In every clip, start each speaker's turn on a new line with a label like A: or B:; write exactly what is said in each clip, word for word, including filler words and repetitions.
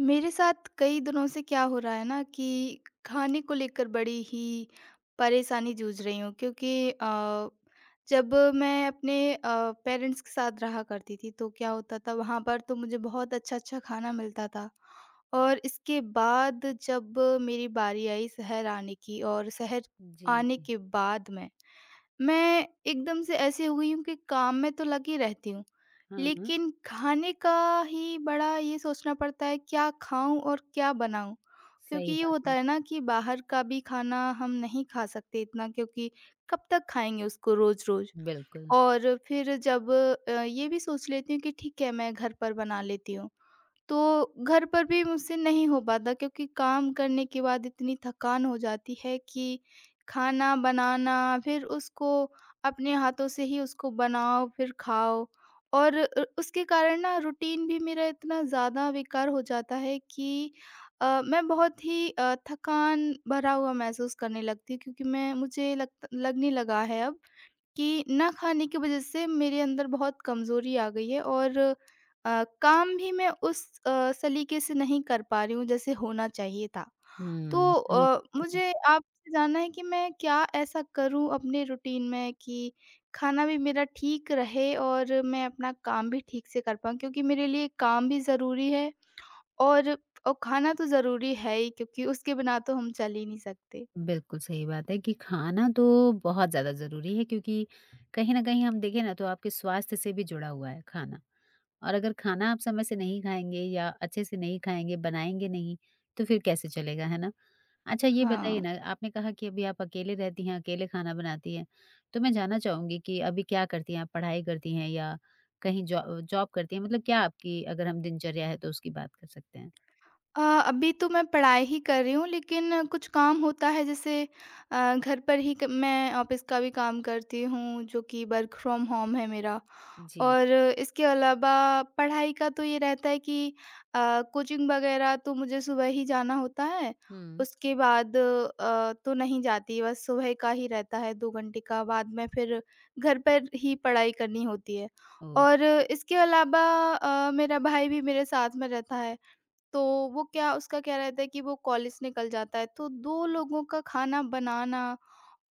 A: मेरे साथ कई दिनों से क्या हो रहा है ना कि खाने को लेकर बड़ी ही परेशानी जूझ रही हूँ, क्योंकि अ, जब मैं अपने पेरेंट्स के साथ रहा करती थी तो क्या होता था, वहाँ पर तो मुझे बहुत अच्छा अच्छा खाना मिलता था। और इसके बाद जब मेरी बारी आई शहर आने की, और शहर
B: जी,
A: आने के बाद में मैं एकदम से ऐसी हो गई हूँ कि काम में तो लगी रहती हूँ,
B: हाँ, हाँ,
A: लेकिन खाने का ही बड़ा ये सोचना पड़ता है, क्या खाऊँ और क्या बनाऊँ? क्योंकि
B: सही
A: ये
B: बात
A: होता
B: है,
A: है ना कि बाहर का भी खाना हम नहीं खा सकते इतना, क्योंकि कब तक खाएँगे उसको रोज़-रोज़।
B: बिल्कुल।
A: और फिर जब अ, ये भी सोच लेती हूँ कि ठीक है, मैं घर पर बना लेती हूँ। तो घर पर भी मुझसे नहीं हो पाता, क्योंकि काम करने के बाद इतनी थकान हो जाती है कि खाना बनाना, फिर उसको अपने हाथों से ही उसको बनाओ, फिर खाओ। और अ, उसके कारण ना रूटीन भी मेरा इतना ज़्यादा बेकार हो जाता है कि अ, मैं बहुत ही अ, थकान भरा हुआ महसूस करने लगती हूँ, क्योंकि मैं मुझे लग लगने लगा है अब कि ना खाने की वज़ह से मेरे अंदर बहुत कमज़ोरी आ गई है। और अ, काम भी मैं उस अ, सलीके से नहीं कर पा रही हूँ जैसे होना चाहिए था। तो
B: हुँ, समझ
A: अ,
B: सकती हूँ।
A: मुझे आपसे जानना है कि मैं क्या ऐसा करूँ अपने रूटीन में कि खाना भी मेरा ठीक रहे और मैं अपना काम भी ठीक से कर पाऊँ? क्योंकि मेरे लिए काम भी ज़रूरी है, और और खाना तो ज़रूरी है ही, क्योंकि उसके बिना तो हम चल ही नहीं सकते।
B: बिल्कुल सही बात है कि खाना तो बहुत ज़्यादा ज़रूरी है क्योंकि कहीं न कहीं हम देखें ना तो आपके स्वास्थ्य से भी जुड़ा हुआ है खाना। और अगर खाना आप समय से नहीं खाएँगे या अच्छे से नहीं खाएँगे, बनाएँगे नहीं, तो फिर कैसे चलेगा, है ना? अच्छा ये बताइए
A: हाँ।
B: ना, आपने कहा कि अभी आप अकेले रहती हैं, अकेले खाना बनाती हैं, तो मैं जानना चाहूँगी कि अभी क्या करती हैं आप? पढ़ाई करती हैं या कहीं जॉ जॉब करती हैं? मतलब क्या आपकी अगर हम दिनचर्या है तो उसकी बात कर सकते हैं?
A: अ, अभी तो मैं पढ़ाई ही कर रही हूँ, लेकिन कुछ काम होता है, जैसे अ, घर पर ही क मैं ऑफ़िस का भी काम करती हूँ, जो कि वर्क फ्रॉम होम है मेरा।
B: जी।
A: और इसके अलावा पढ़ाई का तो ये रहता है कि अ, कोचिंग वग़ैरह तो मुझे सुबह ही जाना होता है।
B: हुँ।
A: उसके बाद अ, तो नहीं जाती, बस सुबह का ही रहता है, दो घंटे का, बाद में फिर घर पर ही पढ़ाई करनी होती है।
B: ओह!
A: और इसके अलावा अ, मेरा भाई भी मेरे साथ में रहता है। तो वो क्या उसका क्या रहता है कि वो कॉलेज निकल जाता है, तो दो लोगों का खाना बनाना,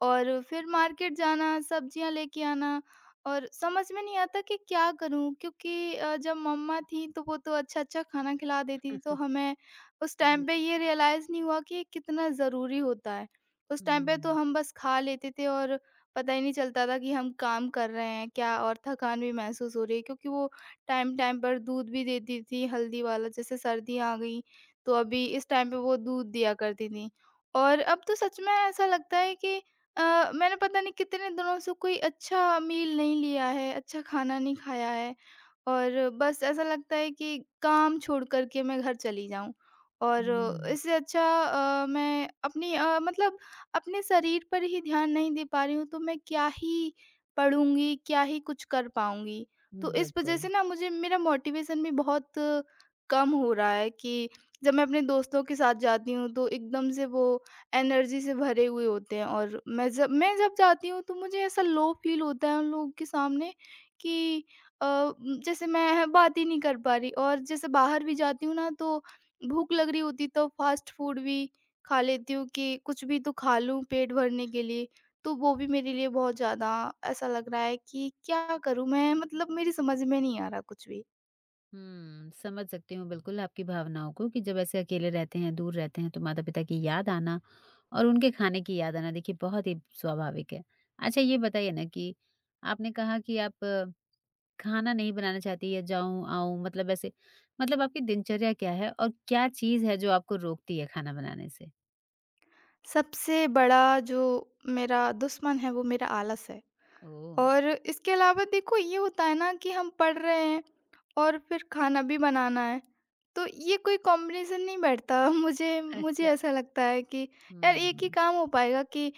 A: और फिर मार्केट जाना, सब्जियाँ लेके आना, और समझ में नहीं आता कि क्या करूँ? क्योंकि अ, जब मम्मा थीं तो वो तो अच्छा-अच्छा खाना खिला देती थीं, तो हमें उस
B: जी।
A: टाइम पे ये रियलाइज़ नहीं हुआ कि ये कितना ज़रूरी होता है। उस
B: हुँ,
A: टाइम पे तो
B: हुँ,
A: हम बस खा लेते थे और पता ही नहीं चलता था कि हम काम कर रहे हैं क्या, और थकान भी महसूस हो रही है, क्योंकि वो टाइम-टाइम पर दूध भी देती थीं, हल्दी वाला। जैसे सर्दियाँ आ गईं, तो अभी इस टाइम पे वो दूध दिया करती थीं। और अब तो सच में ऐसा लगता है कि अ, मैंने पता नहीं कितने दिनों से कोई अच्छा मील नहीं लिया है, अच्छा खाना नहीं खाया है। और बस ऐसा लगता है कि काम छोड़ कर के मैं घर चली जाऊँ। और
B: हुँ।
A: इससे अच्छा अ, मैं अपनी अ, मतलब अपने शरीर पर ही ध्यान नहीं दे पा रही हूँ, तो मैं क्या ही पढ़ूँगी, क्या ही कुछ कर पाऊँगी। तो
B: हुँ,
A: इस वज़ह से
B: बिल्कुल।
A: ना मुझे मेरा मोटिवेशन भी बहुत कम हो रहा है कि जब मैं अपने दोस्तों के साथ जाती हूँ, तो एकदम से वो एनर्जी से भरे हुए होते हैं, और मैं जब मैं जब जाती हूँ तो मुझे ऐसा लो फील होता है उन लोगों के सामने कि अ, म, जैसे मैं बात ही नहीं कर पा रही। और जैसे बाहर भी जाती हूँ ना, तो भूख लग रही होती तो फास्ट फूड भी खा लेती हूँ कि कुछ भी तो खा लूँ पेट भरने के लिए। तो वो भी मेरे लिए बहुत ज़्यादा, ऐसा लग रहा है कि क्या करूँ मैं, मतलब मेरी समझ में नहीं आ रहा कुछ भी।
B: हुँ, समझ सकती हूँ बिल्कुल आपकी भावनाओं को कि जब ऐसे अकेले रहते हैं, दूर रहते हैं तो माता-पिता की याद आना और उनके खाने की याद आना देखिए बहुत ही स्वाभाविक है। अच्छा ये बताइए ना कि आपने कहा कि आप अ, खाना नहीं बनाना चाहती या जाऊँ, आऊँ मतलब ऐसे मतलब आपकी दिनचर्या क्या है और क्या चीज़ है जो आपको रोकती है खाना बनाने से?
A: सबसे बड़ा जो मेरा दुश्मन है, वो मेरा आलस है।
B: ओह!
A: और इसके अलावा देखो, ये होता है ना कि हम पढ़ रहे हैं और फिर खाना भी बनाना है, तो ये कोई कॉम्बिनेशन नहीं बैठता। मुझे मुझे
B: अच्छा।
A: ऐसा लगता है कि यार, एक ही
B: हुँ,
A: काम हो पाएगा कि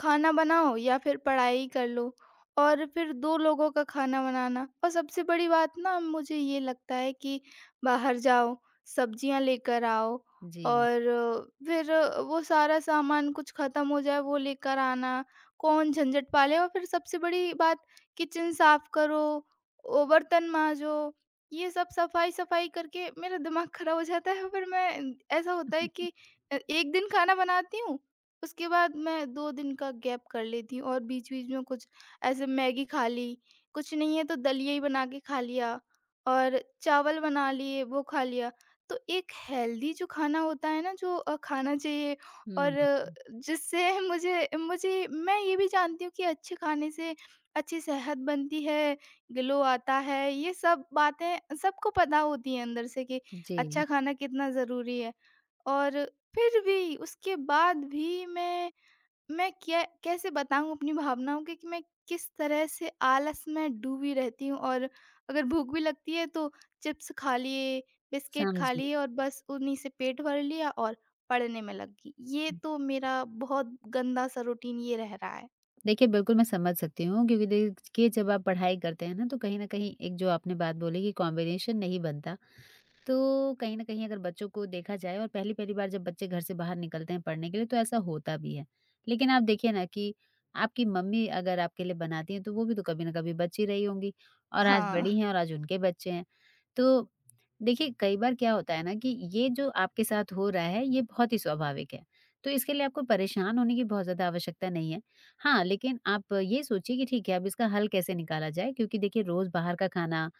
A: खाना बनाओ या फिर पढ़ाई कर लो। और फिर दो लोगों का खाना बनाना, और सबसे बड़ी बात ना मुझे ये लगता है कि बाहर जाओ, सब्जियाँ लेकर आओ,
B: जी।
A: और फिर वो सारा सामान कुछ ख़त्म हो जाए वो लेकर आना, कौन झंझट पाले। और फिर सबसे बड़ी बात, किचन साफ करो, ओ बर्तन माँजो, ये सब सफाई-सफाई करके मेरा दिमाग खराब हो जाता है। फिर मैं ऐसा होता है कि अ, एक दिन खाना बनाती हूँ, उसके बाद मैं दो दिन का गैप कर लेती हूँ। और बीच-बीच में कुछ ऐसे मैगी खा ली, कुछ नहीं है तो दलिया ही बना के खा लिया, और चावल बना लिए, वो खा लिया। तो एक हेल्दी जो खाना होता है ना, जो अ, खाना चाहिए,
B: हुँ,
A: और जिससे मुझे मुझे मैं ये भी जानती हूँ कि अच्छे खाने से अच्छी सेहत बनती है, ग्लो आता है। ये सब बातें सबको पता होती हैं अंदर से कि
B: जी,
A: अच्छा खाना कितना ज़रूरी है। और फिर भी उसके बाद भी मैं मैं क्या, कैसे बताऊँ अपनी भावनाओं के कि मैं किस तरह से आलस में डूबी रहती हूँ, और अगर भूख भी लगती है तो चिप्स खा लिए, बिस्किट खा
B: समझी।
A: लिए, और बस उन्हीं से पेट भर लिया और पढ़ने में लग गई। ये तो मेरा बहुत गंदा-सा रूटीन ये रह रहा है।
B: देखिए, बिल्कुल मैं समझ सकती हूँ क्योंकि देखिए जब आप पढ़ाई करते हैं ना तो कहीं न कहीं एक जो आपने बात बोली कि कॉम्बिनेशन नहीं बनता, तो कहीं न कहीं अगर बच्चों को देखा जाए और पहली-पहली बार जब बच्चे घर से बाहर निकलते हैं पढ़ने के लिए तो ऐसा होता भी है। लेकिन आप देखिए ना कि आपकी मम्मी अगर आपके लिए बनाती हैं तो वो भी तो कभी न कभी बच्ची रही होंगी और आज
A: हाँ,
B: बड़ी हैं और आज उनके बच्चे हैं। तो देखिए कई बार क्या होता है ना कि ये जो आपके साथ हो रहा है ये बहुत ही स्वाभाविक है। तो इसके लिए आपको परेशान होने की बहुत ज़्यादा आवश्यकता नहीं है। हाँ, लेकिन आप ये सोचिए कि ठीक है, अब इसका हल कैसे निकाला जाए, क्योंकि देखिए रोज़ बाहर का खाना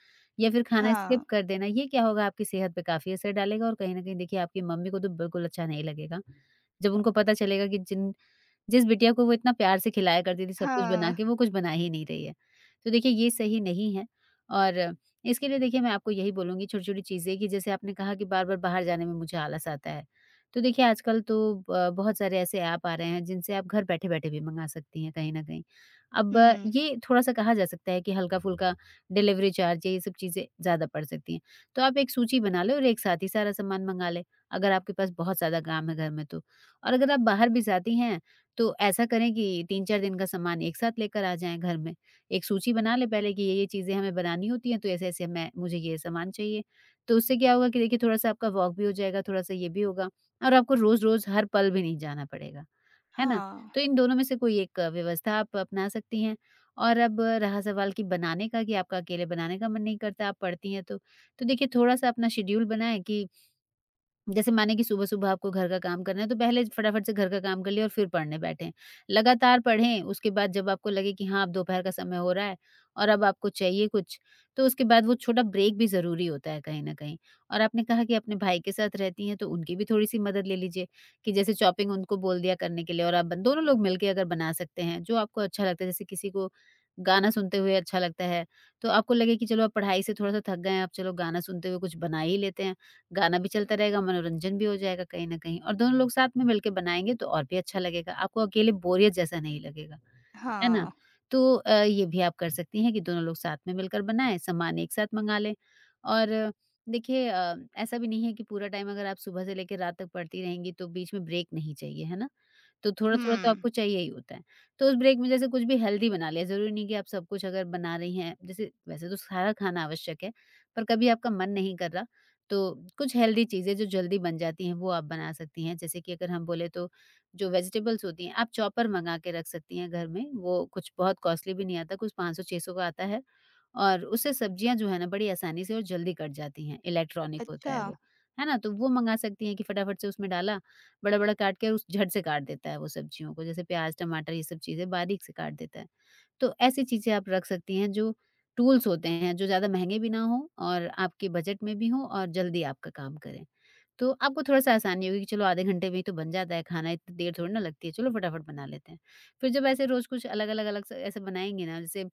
B: या फिर खाना स्किप
A: हाँ,
B: कर देना, ये क्या होगा, आपकी सेहत पे काफ़ी असर डालेगा और कहीं न कहीं देखिए आपकी मम्मी को तो बिल्कुल अच्छा नहीं लगेगा। जब उनको पता चलेगा कि जिन जिस बिटिया को वो इतना प्यार से खिलाया करती थी, सब कुछ
A: हाँ,
B: बना के, वो कुछ बना ही नहीं रही है। तो देखिए ये सही नहीं है। और इसके लिए देखिए मैं आपको यही बोलूँगी, छोटी-छोटी चीज़ें, कि जैसे आपने कहा कि बार-बार बाहर जाने में मुझे आलस आता है। तो देखिए आजकल तो ब बहुत सारे ऐसे ऐप आ रहे हैं जिनसे आप घर बैठे-बैठे भी मँगा सकती हैं कहीं न कहीं। अब अ,
A: हुँ,
B: ये थोड़ा-सा कहा जा सकता है कि हल्का-फुल्का डिलीवरी चार्ज या ये सब चीज़ें ज़्यादा पड़ सकती हैं। तो आप एक सूची बना लें और एक साथ ही सारा सामान मँगा लें, अगर आपके पास बहुत ज़्यादा काम है घर में तो। और अगर आप बाहर भी जाती हैं तो ऐसा करें कि तीन चार दिन का सामान एक साथ लेकर आ जाएँ घर में। एक सूची बना लें पहले कि ये-ये चीज़ें हमें बनानी होती हैं, तो ऐसे-ऐसे मैं मुझे ये सामान चाहिए। तो उससे क्या होगा कि देखिए थोड़ा-सा आपका वॉक भी हो जाएगा, थोड़ा-सा ये भी होगा और आपको रोज़-रोज़ हर पल भी नहीं जाना पड़ेगा। है ना?
A: हाँ,
B: तो इन दोनों में से कोई एक अ, व्यवस्था आप अपना सकती हैं। और अब अ, रहा सवाल कि बनाने का, कि आपका अकेले बनाने का मन नहीं करता, आप पढ़ती हैं तो। तो देखिए थोड़ा-सा अपना शेड्यूल बनाएँ कि जैसे माने कि सुबह-सुबह आपको घर का काम करना है, तो पहले फटाफट से घर का काम कर लिया और फिर पढ़ने बैठे। लगातार पढ़ें, उसके बाद जब आपको लगे कि हाँ, अब दोपहर का समय हो रहा है और अब आपको चाहिए कुछ, तो उसके बाद वो छोटा ब्रेक भी ज़रूरी होता है कहीं न कहीं। और आपने कहा कि अपने भाई के साथ रहती हैं, तो उनकी भी थोड़ी-सी मदद ले लीजिए कि जैसे चॉपिंग उनको बोल दिया करने के लिए और आप बन दोनों लोग मिलके अगर बना सकते हैं, जो आपको अच्छा लगता है। जैसे किसी को गाना सुनते हुए अच्छा लगता है, तो आपको लगे कि चलो अब पढ़ाई से थोड़ा-सा थक गए हैं, अब चलो गाना सुनते हुए कुछ बना ही लेते हैं। गाना भी चलता रहेगा, मनोरंजन भी हो जाएगा कहीं न कहीं और दोनों लोग साथ में मिलके बनाएँगे तो और भी अच्छा लगेगा। आपको अकेले बोरियत जैसा नहीं लगेगा। है ना?
A: हाँ,
B: तो अ, ये भी आप कर सकती हैं कि दोनों लोग साथ में मिलकर बनाएँ, सामान एक साथ मँगा लें और अ, देखिए, अ, ऐसा भी नहीं है कि पूरा टाइम अगर आप सुबह से लेकर रात तक पढ़ती रहेंगी तो बीच में ब्रेक नहीं चाहिए, है ना? तो थोड़ा-थोड़ा तो
A: हुँ,
B: आपको चाहिए ही होता है। तो उस ब्रेक में जैसे कुछ भी हेल्दी बना लिया, ज़रूरी नहीं कि आप सब कुछ अगर बना रही हैं जैसे वैसे तो सारा खाना आवश्यक है, पर कभी आपका मन नहीं कर रहा, तो कुछ हेल्दी चीज़ें जो जल्दी बन जाती हैं वो आप बना सकती हैं। जैसे कि अगर हम बोले तो जो वेजिटेबल्स होती हैं, आप चॉपर मँगा के रख सकती हैं घर में, वो कुछ बहुत कॉस्टली भी नहीं आता, कुछ पाँच सौ छह सौ का आता है और उससे सब्जियाँ जो है ना बड़ी आसानी से और जल्दी कट जाती हैं, इलेक्ट्रॉनिक होता
A: अच्छा,
B: है वो, है ना? तो वो मँगा सकती हैं कि फटाफट से उसमें डाला, बड़ा-बड़ा काट के और उस झट से काट देता है वो सब्जियों को, जैसे प्याज़, टमाटर, ये सब चीज़ें बारीक से काट देता है। तो ऐसी चीज़ें आप रख सकती हैं, जो टूल्स होते हैं जो ज़्यादा महँगे भी ना हों और आपके बजट में भी हों और जल्दी आपका काम करें। तो आपको थोड़ा-सा आसानी होगी कि चलो आधे घंटे में ही तो बन जाता है खाना, इतनी देर थोड़ी ना लगती है, चलो फटाफट बना लेते हैं। फिर जब ऐसे रोज़ कुछ अलग-अलग अलग अलग से ऐसे बनाएँगे ना, जैसे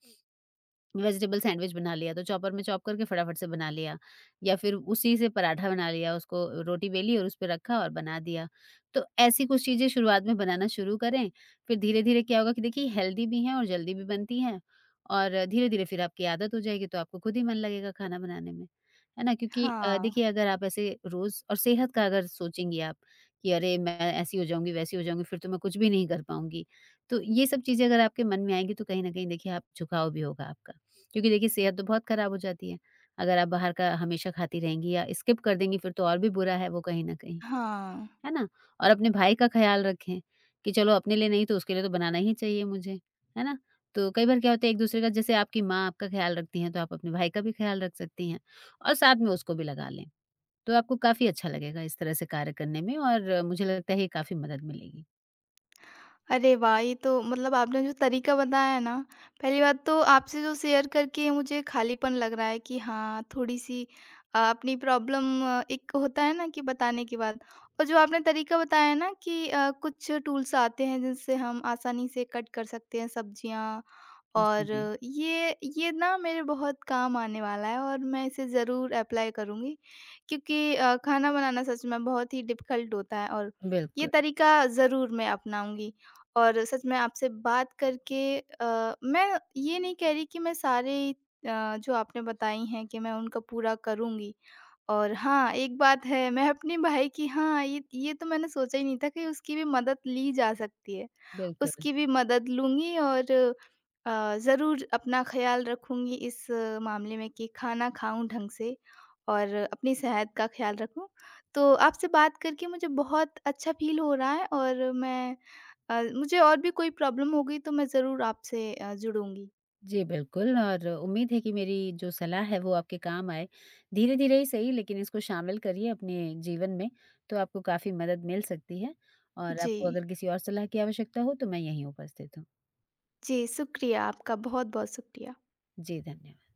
B: वेजिटेबल सैंडविच बना लिया तो चॉपर में चॉप करके फटाफट से बना लिया या फिर उसी से पराठा बना लिया, उसको रोटी बेली और उस पे रखा और बना दिया। तो ऐसी कुछ चीज़ें शुरुआत में बनाना शुरू करें, फिर धीरे-धीरे क्या होगा कि देखिए हेल्दी भी हैं और जल्दी भी बनती हैं और धीरे-धीरे फिर आपकी आदत हो जाएगी तो आपको खुद ही मन लगेगा खाना बनाने में। है ना? क्योंकि अ,
A: हाँ,
B: देखिए अगर आप ऐसे रोज़ और सेहत का अगर सोचेंगी आप कि अरे! मैं ऐसी हो जाऊँगी, वैसी हो जाऊँगी, फिर तो मैं कुछ भी नहीं कर पाऊँगी। तो ये सब चीज़ें अगर आपके मन में आएँगी तो कहीं न कहीं देखिए आप झुकाव भी होगा आपका। क्योंकि देखिए सेहत तो बहुत खराब हो जाती है। अगर आप बाहर का हमेशा खाती रहेंगी या स्किप कर देंगी, फिर तो और भी बुरा है वो कहीं न कहीं,
A: हाँ।
B: है ना? और अपने भाई का ख़्याल रखें कि चलो अपने लिए नहीं तो उसके लिए तो बनाना ही चाहिए मुझे, है ना? तो कई बार क्या होता है, एक-दूसरे का, जैसे आपकी माँ आपका ख़्याल रखती हैं तो आप अपने भाई का भी ख़्याल रख सकती हैं और साथ में उसको भी लगा लें। तो आपको काफ़ी अच्छा लगेगा इस तरह से कार्य करने में और मुझे लगता है ये काफ़ी मदद मिलेगी।
A: अरे वाह! ये तो, मतलब आपने जो तरीका बताया है ना, पहली बात तो आपसे जो शेयर करके मुझे खालीपन लग रहा है कि हाँ, थोड़ी-सी अ, अपनी प्रॉब्लम, एक होता है ना कि बताने के बाद। और जो आपने तरीका बताया है ना कि अ, कुछ टूल्स आते हैं जिनसे हम आसानी से कट कर सकते हैं सब्जियाँ, और
B: जी,
A: ये ये ना मेरे बहुत काम आने वाला है, और मैं इसे ज़रूर अप्लाई करूँगी, क्योंकि अ, खाना बनाना सच में बहुत ही डिफ़िकल्ट होता है। और ये
B: बिल्कुल,
A: तरीका ज़रूर मैं अपनाऊँगी। और सच में आपसे बात करके अ, मैं ये नहीं कह रही कि मैं सारे अ, जो आपने बताई हैं कि मैं उनका पूरा करूँगी। और हाँ, एक बात है, मैं अपने भाई की, हाँ, ये ये तो मैंने सोचा ही नहीं था कि उसकी भी मदद ली जा सकती है।
B: बिल्कुल।
A: उसकी भी मदद लूँगी, और अ, ज़रूर अपना ख़्याल रखूँगी, इस मामले में कि खाना खाऊँ ढंग से, और अपनी सेहत का ख़्याल रखूँ। तो आपसे बात करके मुझे बहुत अच्छा फ़ील हो रहा है, और मैं अ, मुझे और भी कोई प्रॉब्लम होगी तो मैं ज़रूर आपसे अ, जुड़ूँगी।
B: जी, बिल्कुल, और उम्मीद है कि मेरी जो सलाह है वो आपके काम आए। धीरे-धीरे ही सही लेकिन इसको शामिल करिए अपने जीवन में, तो आपको काफ़ी मदद मिल सकती है और
A: जी।
B: आपको अगर किसी और सलाह की आवश्यकता हो तो मैं यहीं उपस्थित हूँ।
A: जी, शुक्रिया आपका, बहुत-बहुत शुक्रिया।
B: जी, धन्यवाद।